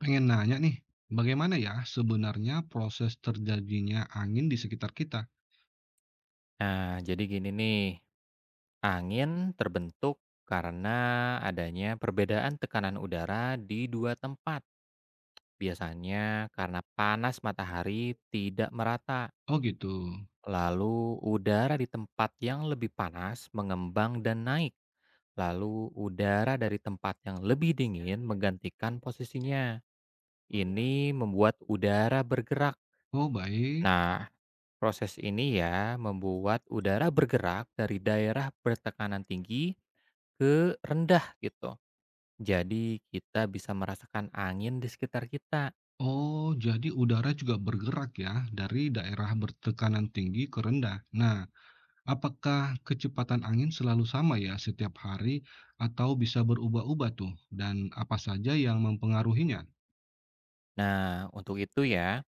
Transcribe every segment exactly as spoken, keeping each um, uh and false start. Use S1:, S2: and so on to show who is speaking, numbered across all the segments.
S1: Pengen nanya nih, bagaimana ya sebenarnya proses terjadinya angin di sekitar kita?
S2: Nah, jadi gini nih, angin terbentuk karena adanya perbedaan tekanan udara di dua tempat. Biasanya karena panas matahari tidak merata,
S1: Oh gitu.
S2: lalu udara di tempat yang lebih panas mengembang dan naik. Lalu udara dari tempat yang lebih dingin menggantikan posisinya. Ini membuat udara bergerak.
S1: Oh baik.
S2: Nah, proses ini ya membuat udara bergerak dari daerah bertekanan tinggi ke rendah gitu. Jadi kita bisa merasakan angin di sekitar kita.
S1: Oh, jadi udara juga bergerak ya dari daerah bertekanan tinggi ke rendah. Nah, apakah kecepatan angin selalu sama ya setiap hari atau bisa berubah-ubah tuh? Dan apa saja yang mempengaruhinya?
S2: Nah, untuk itu ya,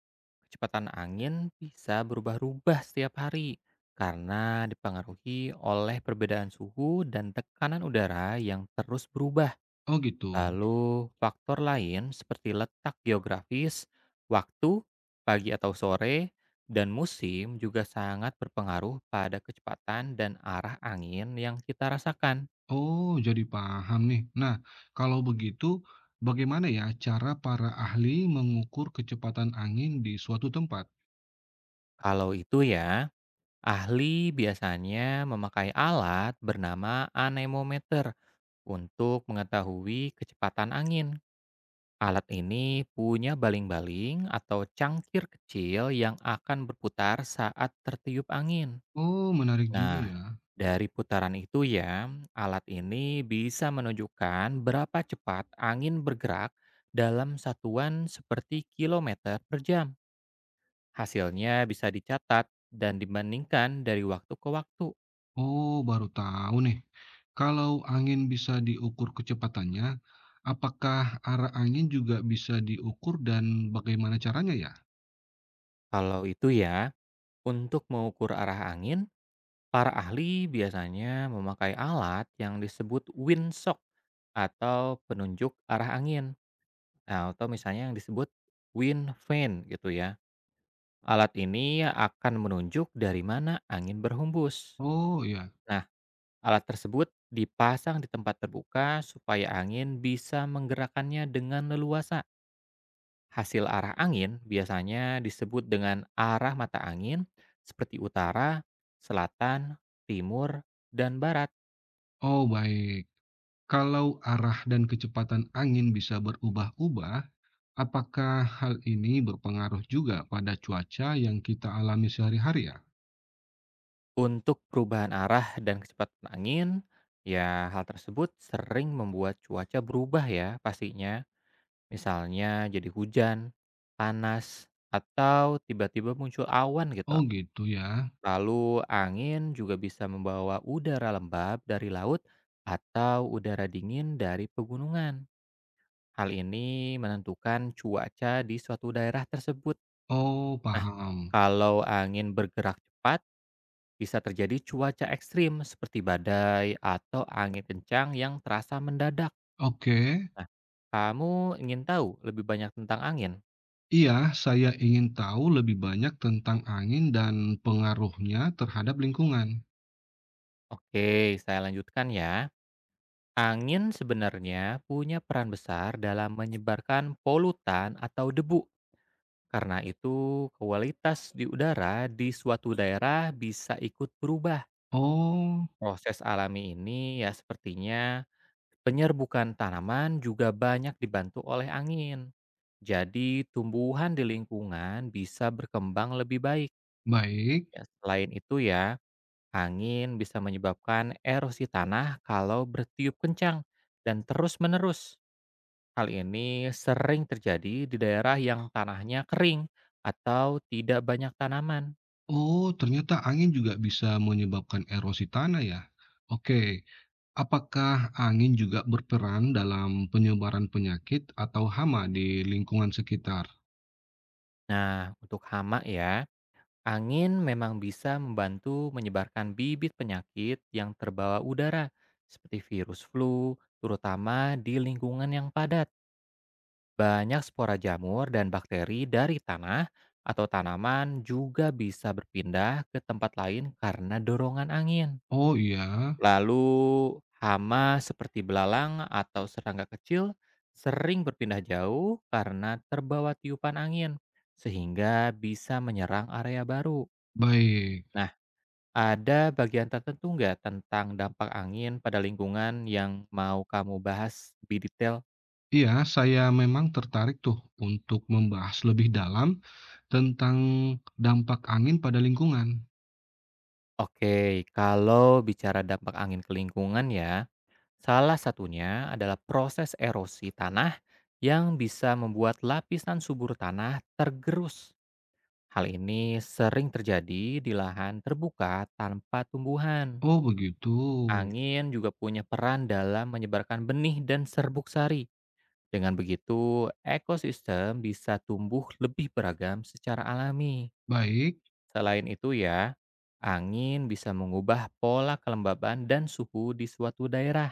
S2: kecepatan angin bisa berubah-ubah setiap hari karena dipengaruhi oleh perbedaan suhu dan tekanan udara yang terus berubah.
S1: Oh gitu.
S2: Lalu, faktor lain seperti letak geografis, waktu, pagi atau sore, dan musim juga sangat berpengaruh pada kecepatan dan arah angin yang kita rasakan.
S1: Oh, jadi paham nih. Nah, kalau begitu, bagaimana ya cara para ahli mengukur kecepatan angin di suatu tempat?
S2: Kalau itu ya, ahli biasanya memakai alat bernama anemometer untuk mengetahui kecepatan angin. Alat ini punya baling-baling atau cangkir kecil yang akan berputar saat tertiup angin.
S1: Oh, menarik juga
S2: Nah,
S1: ya.
S2: dari putaran itu ya, alat ini bisa menunjukkan berapa cepat angin bergerak dalam satuan seperti kilometer per jam. Hasilnya bisa dicatat dan dibandingkan dari waktu ke waktu.
S1: Oh, baru tahu nih. Kalau angin bisa diukur kecepatannya, apakah arah angin juga bisa diukur dan bagaimana caranya ya?
S2: Kalau itu ya, untuk mengukur arah angin, para ahli biasanya memakai alat yang disebut windsock atau penunjuk arah angin. Nah, atau misalnya yang disebut wind vane gitu ya. Alat ini akan menunjuk dari mana angin berhembus.
S1: Oh, iya.
S2: Nah, alat tersebut dipasang di tempat terbuka supaya angin bisa menggerakkannya dengan leluasa. Hasil arah angin biasanya disebut dengan arah mata angin seperti utara, selatan, timur, dan barat.
S1: Oh, baik. Kalau arah dan kecepatan angin bisa berubah-ubah, apakah hal ini berpengaruh juga pada cuaca yang kita alami sehari-hari ya?
S2: Untuk perubahan arah dan kecepatan angin, ya hal tersebut sering membuat cuaca berubah ya pastinya. Misalnya jadi hujan, panas, atau tiba-tiba muncul awan gitu.
S1: Oh gitu ya.
S2: Lalu angin juga bisa membawa udara lembab dari laut atau udara dingin dari pegunungan. Hal ini menentukan cuaca di suatu daerah tersebut.
S1: Oh
S2: Nah,
S1: paham.
S2: kalau angin bergerak cepat, bisa terjadi cuaca ekstrim seperti badai atau angin kencang yang terasa mendadak.
S1: Oke.
S2: Nah, kamu ingin tahu lebih banyak tentang angin?
S1: Iya, saya ingin tahu lebih banyak tentang angin dan pengaruhnya terhadap lingkungan.
S2: Oke, saya lanjutkan ya. Angin sebenarnya punya peran besar dalam menyebarkan polutan atau debu. Karena itu, kualitas di udara di suatu daerah bisa ikut berubah.
S1: Oh,
S2: Proses alami ini ya sepertinya penyerbukan tanaman juga banyak dibantu oleh angin. Jadi tumbuhan di lingkungan bisa berkembang lebih baik.
S1: baik.
S2: Ya, selain itu ya, angin bisa menyebabkan erosi tanah kalau bertiup kencang dan terus-menerus. Hal ini sering terjadi di daerah yang tanahnya kering atau tidak banyak tanaman.
S1: Oh, ternyata angin juga bisa menyebabkan erosi tanah ya. Oke. Apakah angin juga berperan dalam penyebaran penyakit atau hama di lingkungan sekitar?
S2: Nah, untuk hama ya, angin memang bisa membantu menyebarkan bibit penyakit yang terbawa udara, seperti virus flu, terutama di lingkungan yang padat. Banyak spora jamur dan bakteri dari tanah atau tanaman juga bisa berpindah ke tempat lain karena dorongan angin.
S1: Oh iya,
S2: Lalu, hama seperti belalang atau serangga kecil sering berpindah jauh karena terbawa tiupan angin, sehingga bisa menyerang area baru.
S1: baik.
S2: Nah, ada bagian tertentu nggak tentang dampak angin pada lingkungan yang mau kamu bahas lebih detail?
S1: Iya, saya memang tertarik tuh untuk membahas lebih dalam tentang dampak angin pada lingkungan.
S2: Oke, kalau bicara dampak angin ke lingkungan ya, salah satunya adalah proses erosi tanah yang bisa membuat lapisan subur tanah tergerus. Hal ini sering terjadi di lahan terbuka tanpa tumbuhan.
S1: Oh begitu.
S2: Angin juga punya peran dalam menyebarkan benih dan serbuk sari. Dengan begitu, ekosistem bisa tumbuh lebih beragam secara alami.
S1: Baik,
S2: Selain itu ya, angin bisa mengubah pola kelembaban dan suhu di suatu daerah.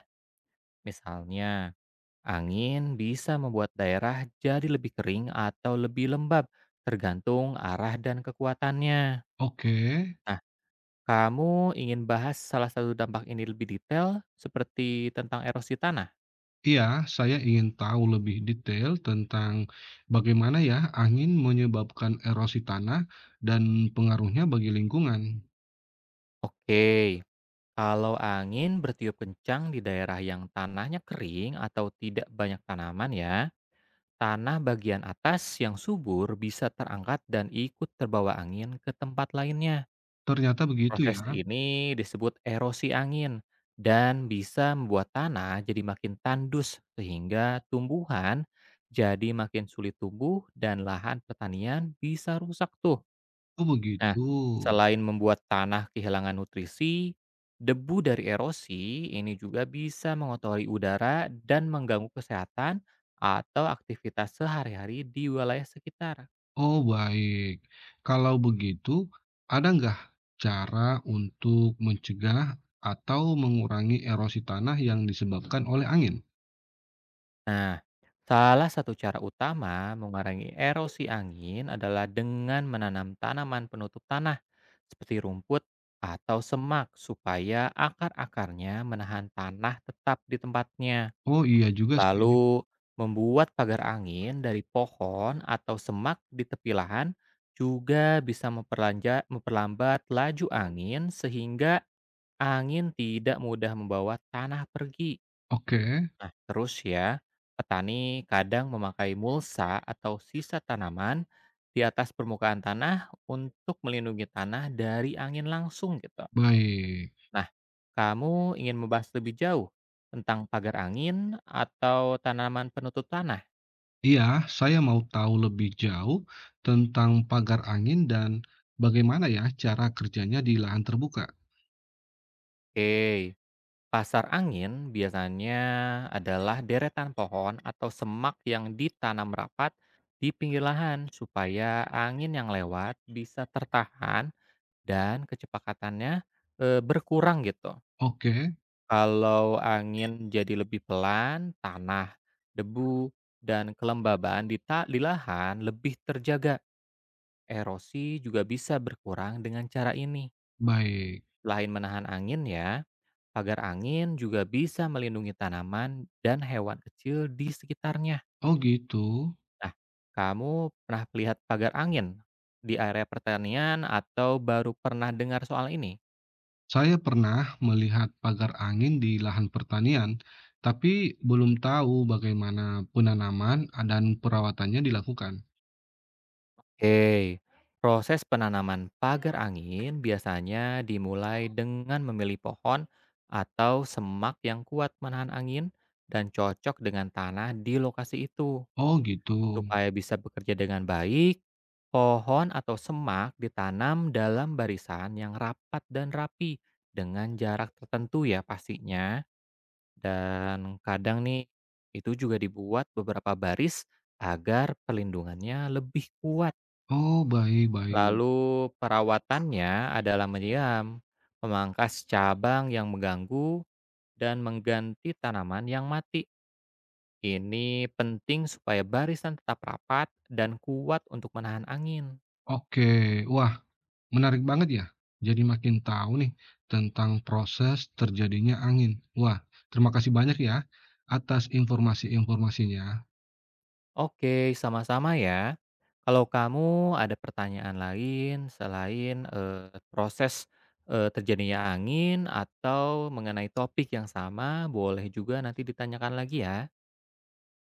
S2: Misalnya, angin bisa membuat daerah jadi lebih kering atau lebih lembab, tergantung arah dan kekuatannya.
S1: oke.
S2: Nah, kamu ingin bahas salah satu dampak ini lebih detail, seperti tentang erosi tanah?
S1: Iya, saya ingin tahu lebih detail tentang bagaimana ya angin menyebabkan erosi tanah dan pengaruhnya bagi lingkungan.
S2: Oke, kalau angin bertiup kencang di daerah yang tanahnya kering atau tidak banyak tanaman ya, tanah bagian atas yang subur bisa terangkat dan ikut terbawa angin ke tempat lainnya.
S1: Ternyata begitu ya.
S2: Proses ini disebut erosi angin dan bisa membuat tanah jadi makin tandus sehingga tumbuhan jadi makin sulit tumbuh dan lahan pertanian bisa rusak tuh.
S1: Oh
S2: Nah,
S1: begitu.
S2: selain membuat tanah kehilangan nutrisi, debu dari erosi ini juga bisa mengotori udara dan mengganggu kesehatan atau aktivitas sehari-hari di wilayah sekitar.
S1: Oh baik. Kalau begitu, ada nggak cara untuk mencegah atau mengurangi erosi tanah yang disebabkan Mhm. oleh angin?
S2: Nah, salah satu cara utama mengurangi erosi angin adalah dengan menanam tanaman penutup tanah seperti rumput atau semak supaya akar-akarnya menahan tanah tetap di tempatnya.
S1: Oh iya juga sih. Mhm.
S2: Lalu membuat pagar angin dari pohon atau semak di tepi lahan juga bisa memperlanja- memperlambat laju angin sehingga angin tidak mudah membawa tanah pergi.
S1: Oke,
S2: Nah, terus ya, petani kadang memakai mulsa atau sisa tanaman di atas permukaan tanah untuk melindungi tanah dari angin langsung gitu.
S1: baik.
S2: Nah, kamu ingin membahas lebih jauh tentang pagar angin atau tanaman penutup tanah?
S1: Iya, saya mau tahu lebih jauh tentang pagar angin dan bagaimana ya cara kerjanya di lahan terbuka.
S2: Oke, pasar angin biasanya adalah deretan pohon atau semak yang ditanam rapat di pinggir lahan supaya angin yang lewat bisa tertahan dan kecepatannya eh, berkurang gitu.
S1: Oke,
S2: Kalau angin jadi lebih pelan, tanah, debu, dan kelembaban di, ta- di lahan lebih terjaga. Erosi juga bisa berkurang dengan cara ini.
S1: baik.
S2: Selain menahan angin ya, pagar angin juga bisa melindungi tanaman dan hewan kecil di sekitarnya.
S1: Oh gitu.
S2: Nah, kamu pernah melihat pagar angin di area pertanian atau baru pernah dengar soal ini?
S1: Saya pernah melihat pagar angin di lahan pertanian, tapi belum tahu bagaimana penanaman dan perawatannya dilakukan.
S2: Oke, proses penanaman pagar angin biasanya dimulai dengan memilih pohon atau semak yang kuat menahan angin dan cocok dengan tanah di lokasi itu.
S1: Oh gitu.
S2: Supaya bisa bekerja dengan baik, pohon atau semak ditanam dalam barisan yang rapat dan rapi dengan jarak tertentu ya pastinya. Dan kadang nih itu juga dibuat beberapa baris agar pelindungannya lebih kuat.
S1: Oh baik-baik.
S2: Lalu perawatannya adalah menyiram, memangkas cabang yang mengganggu dan mengganti tanaman yang mati. Ini penting supaya barisan tetap rapat dan kuat untuk menahan angin.
S1: Oke, wah menarik banget ya. Jadi makin tahu nih tentang proses terjadinya angin. Wah, terima kasih banyak ya atas informasi-informasinya.
S2: Oke, sama-sama ya. Kalau kamu ada pertanyaan lain selain eh, proses eh, terjadinya angin atau mengenai topik yang sama, boleh juga nanti ditanyakan lagi ya.